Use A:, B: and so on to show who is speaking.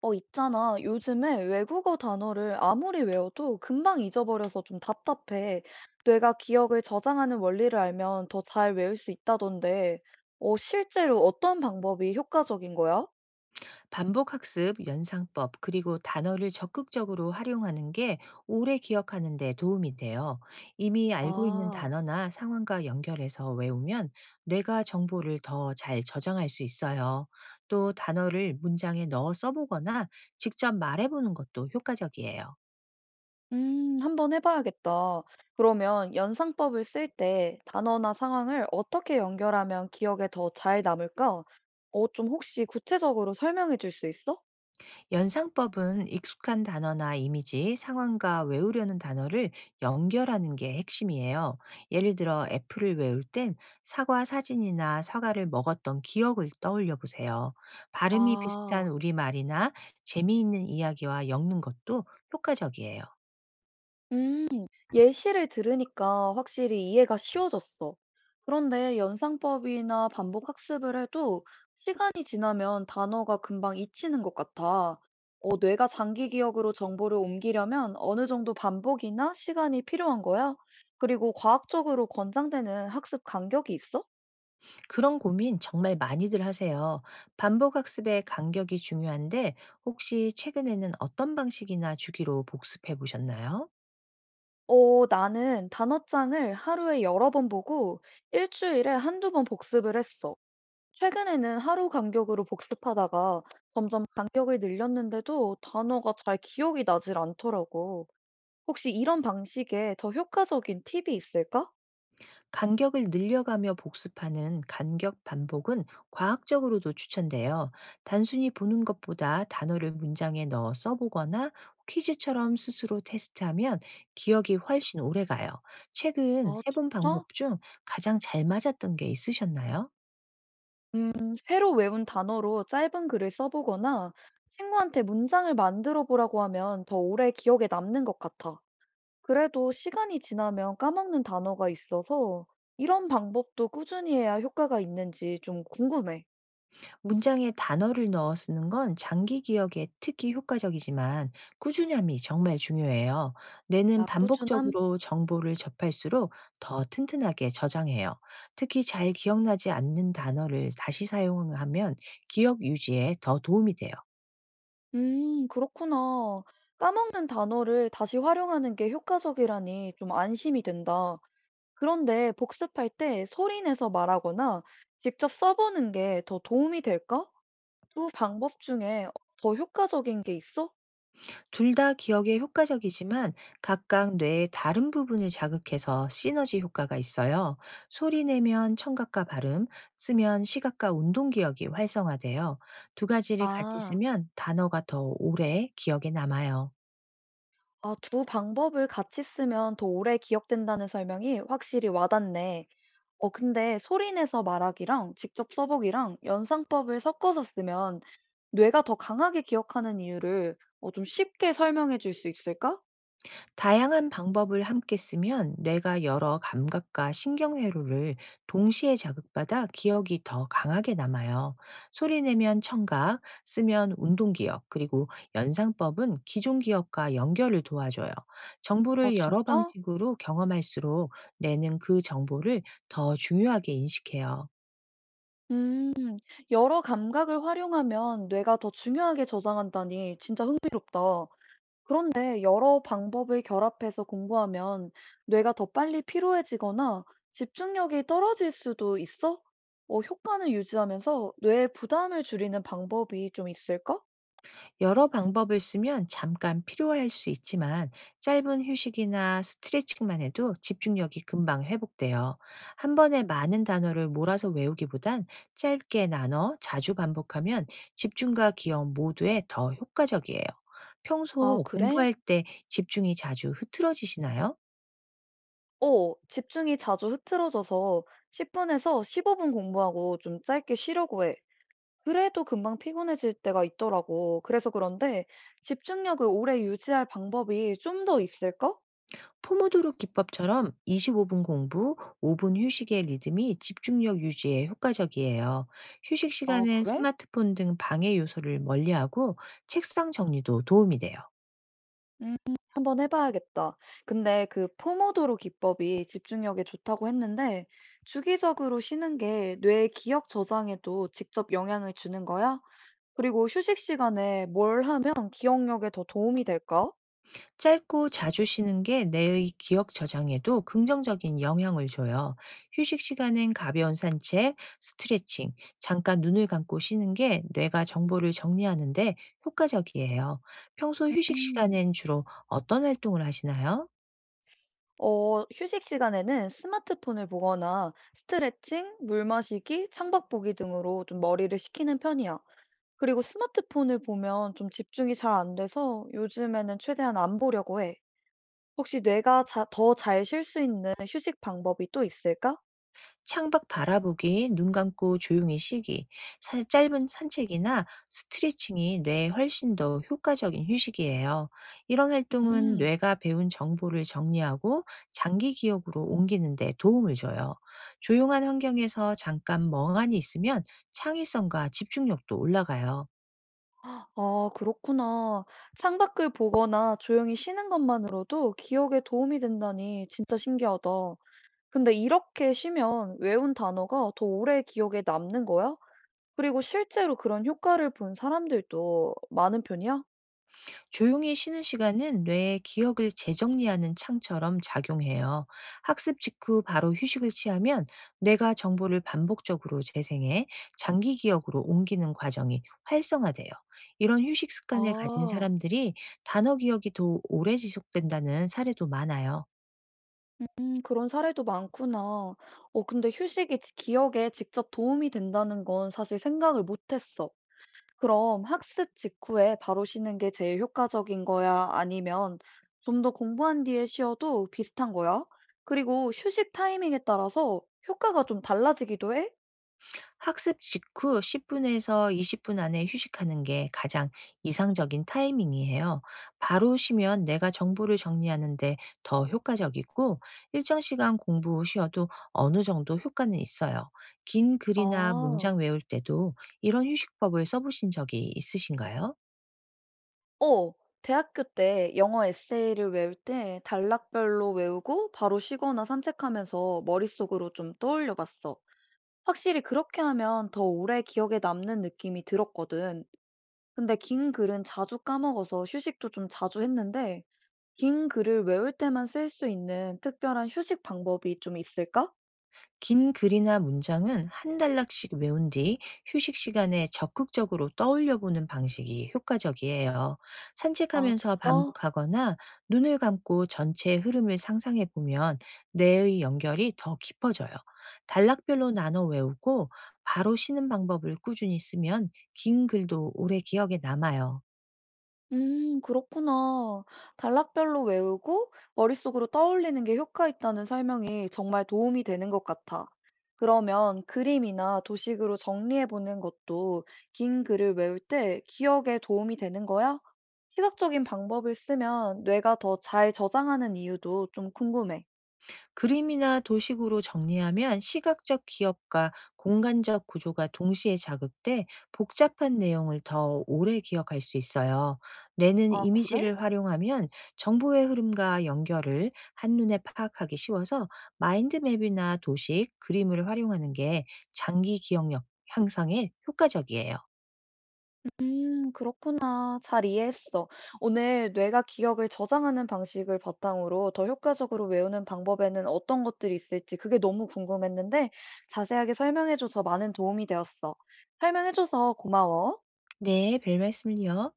A: 있잖아. 요즘에 외국어 단어를 아무리 외워도 금방 잊어버려서 좀 답답해. 뇌가 기억을 저장하는 원리를 알면 더 잘 외울 수 있다던데, 실제로 어떤 방법이 효과적인 거야?
B: 반복 학습, 연상법, 그리고 단어를 적극적으로 활용하는 게 오래 기억하는 데 도움이 돼요. 이미 알고 있는
A: 아,
B: 단어나 상황과 연결해서 외우면 뇌가 정보를 더 잘 저장할 수 있어요. 또 단어를 문장에 넣어 써보거나 직접 말해보는 것도 효과적이에요.
A: 한번 해봐야겠다. 그러면 연상법을 쓸 때 단어나 상황을 어떻게 연결하면 기억에 더 잘 남을까? 좀 혹시 구체적으로 설명해 줄 수 있어?
B: 연상법은 익숙한 단어나 이미지, 상황과 외우려는 단어를 연결하는 게 핵심이에요. 예를 들어 애플을 외울 땐 사과 사진이나 사과를 먹었던 기억을 떠올려 보세요. 발음이 비슷한
A: 아.
B: 우리말이나 재미있는 이야기와 엮는 것도 효과적이에요.
A: 음, 예시를 들으니까 확실히 이해가 쉬워졌어. 그런데 연상법이나 반복 학습을 해도 시간이 지나면 단어가 금방 잊히는 것 같아. 뇌가 장기 기억으로 정보를 옮기려면 어느 정도 반복이나 시간이 필요한 거야? 그리고 과학적으로 권장되는 학습 간격이 있어?
B: 그런 고민 정말 많이들 하세요. 반복학습의 간격이 중요한데 혹시 최근에는 어떤 방식이나 주기로 복습해 보셨나요?
A: 나는 단어장을 하루에 여러 번 보고 일주일에 한두 번 복습을 했어. 최근에는 하루 간격으로 복습하다가 점점 간격을 늘렸는데도 단어가 잘 기억이 나질 않더라고. 혹시 이런 방식에 더 효과적인 팁이 있을까?
B: 간격을 늘려가며 복습하는 간격 반복은 과학적으로도 추천돼요. 단순히 보는 것보다 단어를 문장에 넣어 써보거나 퀴즈처럼 스스로 테스트하면 기억이 훨씬 오래 가요. 최근
A: 아,
B: 해본
A: 진짜?
B: 방법 중 가장 잘 맞았던 게 있으셨나요?
A: 음, 새로 외운 단어로 짧은 글을 써보거나 친구한테 문장을 만들어 보라고 하면 더 오래 기억에 남는 것 같아. 그래도 시간이 지나면 까먹는 단어가 있어서 이런 방법도 꾸준히 해야 효과가 있는지 좀 궁금해.
B: 문장에 단어를 넣어 쓰는 건 장기 기억에 특히 효과적이지만 꾸준함이 정말 중요해요. 뇌는
A: 아, 꾸준함.
B: 반복적으로 정보를 접할수록 더 튼튼하게 저장해요. 특히 잘 기억나지 않는 단어를 다시 사용하면 기억 유지에 더 도움이 돼요.
A: 그렇구나. 까먹는 단어를 다시 활용하는 게 효과적이라니 좀 안심이 된다. 그런데 복습할 때 소리 내서 말하거나 직접 써보는 게 더 도움이 될까? 두 방법 중에 더 효과적인 게 있어?
B: 둘 다 기억에 효과적이지만 각각 뇌의 다른 부분을 자극해서 시너지 효과가 있어요. 소리 내면 청각과 발음, 쓰면 시각과 운동 기억이 활성화돼요. 두 가지를 같이
A: 아,
B: 쓰면 단어가 더 오래 기억에 남아요.
A: 아, 두 방법을 같이 쓰면 더 오래 기억된다는 설명이 확실히 와닿네. 어 근데 소리 내서 말하기랑 직접 써보기랑 연상법을 섞어서 쓰면 뇌가 더 강하게 기억하는 이유를 좀 쉽게 설명해 줄 수 있을까?
B: 다양한 방법을 함께 쓰면 뇌가 여러 감각과 신경회로를 동시에 자극받아 기억이 더 강하게 남아요. 소리 내면 청각, 쓰면 운동기억, 그리고 연상법은 기존 기억과 연결을 도와줘요.
A: 아
B: 정보를 여러
A: 진짜?
B: 방식으로 경험할수록 뇌는 그 정보를 더 중요하게 인식해요.
A: 음, 여러 감각을 활용하면 뇌가 더 중요하게 저장한다니 진짜 흥미롭다. 그런데 여러 방법을 결합해서 공부하면 뇌가 더 빨리 피로해지거나 집중력이 떨어질 수도 있어? 효과는 유지하면서 뇌에 부담을 줄이는 방법이 좀 있을까?
B: 여러 방법을 쓰면 잠깐 필요할 수 있지만 짧은 휴식이나 스트레칭만 해도 집중력이 금방 회복돼요. 한 번에 많은 단어를 몰아서 외우기보단 짧게 나눠 자주 반복하면 집중과 기억 모두에 더 효과적이에요.
A: 아,
B: 평소
A: 그래?
B: 공부할 때 집중이 자주 흐트러지시나요?
A: 집중이 자주 흐트러져서 10분에서 15분 공부하고 좀 짧게 쉬려고 해. 그래도 금방 피곤해질 때가 있더라고. 그래서 그런데 집중력을 오래 유지할 방법이 좀 더 있을까?
B: 포모도로 기법처럼 25분 공부, 5분 휴식의 리듬이 집중력 유지에 효과적이에요. 휴식
A: 아,
B: 시간엔
A: 그래?
B: 스마트폰 등 방해 요소를 멀리하고 책상 정리도 도움이 돼요.
A: 음, 한번 해봐야겠다. 근데 그 포모도로 기법이 집중력에 좋다고 했는데, 주기적으로 쉬는 게 뇌의 기억 저장에도 직접 영향을 주는 거야? 그리고 휴식 시간에 뭘 하면 기억력에 더 도움이 될까?
B: 짧고 자주 쉬는 게 뇌의 기억 저장에도 긍정적인 영향을 줘요. 휴식 시간엔 가벼운 산책, 스트레칭, 잠깐 눈을 감고 쉬는 게 뇌가 정보를 정리하는데 효과적이에요. 평소 휴식
A: 음,
B: 시간엔 주로 어떤 활동을 하시나요?
A: 휴식 시간에는 스마트폰을 보거나 스트레칭, 물 마시기, 창밖 보기 등으로 좀 머리를 식히는 편이야. 그리고 스마트폰을 보면 좀 집중이 잘 안 돼서 요즘에는 최대한 안 보려고 해. 혹시 뇌가 자 더 잘 쉴 수 있는 휴식 방법이 또 있을까?
B: 창밖 바라보기, 눈 감고 조용히 쉬기, 짧은 산책이나 스트레칭이 뇌에 훨씬 더 효과적인 휴식이에요. 이런 활동은
A: 음.
B: 뇌가 배운 정보를 정리하고 장기 기억으로 옮기는 데 도움을 줘요. 조용한 환경에서 잠깐 멍하니 있으면 창의성과 집중력도 올라가요.
A: 아 그렇구나. 창밖을 보거나 조용히 쉬는 것만으로도 기억에 도움이 된다니 진짜 신기하다. 근데 이렇게 쉬면 외운 단어가 더 오래 기억에 남는 거야? 그리고 실제로 그런 효과를 본 사람들도 많은 편이야?
B: 조용히 쉬는 시간은 뇌의 기억을 재정리하는 창처럼 작용해요. 학습 직후 바로 휴식을 취하면 뇌가 정보를 반복적으로 재생해 장기 기억으로 옮기는 과정이 활성화돼요. 이런 휴식 습관을 가진
A: 아.
B: 사람들이 단어 기억이 더 오래 지속된다는 사례도 많아요.
A: 그런 사례도 많구나. 어 근데 휴식이 지 기억에 직접 도움이 된다는 건 사실 생각을 못 했어. 그럼 학습 직후에 바로 쉬는 게 제일 효과적인 거야? 아니면 좀 더 공부한 뒤에 쉬어도 비슷한 거야? 그리고 휴식 타이밍에 따라서 효과가 좀 달라지기도 해?
B: 학습 직후 10분에서 20분 안에 휴식하는 게 가장 이상적인 타이밍이에요. 바로 쉬면 내가 정보를 정리하는데 더 효과적이고, 일정 시간 공부 후 쉬어도 어느 정도 효과는 있어요. 긴 글이나
A: 아,
B: 문장 외울 때도 이런 휴식법을 써보신 적이 있으신가요?
A: 어, 대학교 때 영어 에세이를 외울 때 단락별로 외우고 바로 쉬거나 산책하면서 머릿속으로 좀 떠올려 봤어. 확실히 그렇게 하면 더 오래 기억에 남는 느낌이 들었거든. 근데 긴 글은 자주 까먹어서 휴식도 좀 자주 했는데 긴 글을 외울 때만 쓸 수 있는 특별한 휴식 방법이 좀 있을까?
B: 긴 글이나 문장은 한 단락씩 외운 뒤 휴식 시간에 적극적으로 떠올려 보는 방식이 효과적이에요.
A: 아,
B: 산책하면서
A: 진짜?
B: 반복하거나 눈을 감고 전체의 흐름을 상상해 보면 뇌의 연결이 더 깊어져요. 단락별로 나눠 외우고 바로 쉬는 방법을 꾸준히 쓰면 긴 글도 오래 기억에 남아요.
A: 그렇구나. 단락별로 외우고 머릿속으로 떠올리는 게 효과 있다는 설명이 정말 도움이 되는 것 같아. 그러면 그림이나 도식으로 정리해 보는 것도 긴 글을 외울 때 기억에 도움이 되는 거야? 시각적인 방법을 쓰면 뇌가 더 잘 저장하는 이유도 좀 궁금해.
B: 그림이나 도식으로 정리하면 시각적 기억과 공간적 구조가 동시에 자극돼 복잡한 내용을 더 오래 기억할 수 있어요. 뇌는
A: 아, 그래?
B: 이미지를 활용하면 정보의 흐름과 연결을 한눈에 파악하기 쉬워서 마인드맵이나 도식, 그림을 활용하는 게 장기 기억력 향상에 효과적이에요.
A: 그렇구나. 잘 이해했어. 오늘 뇌가 기억을 저장하는 방식을 바탕으로 더 효과적으로 외우는 방법에는 어떤 것들이 있을지 그게 너무 궁금했는데 자세하게 설명해줘서 많은 도움이 되었어. 설명해줘서 고마워.
B: 네, 별 말씀을요.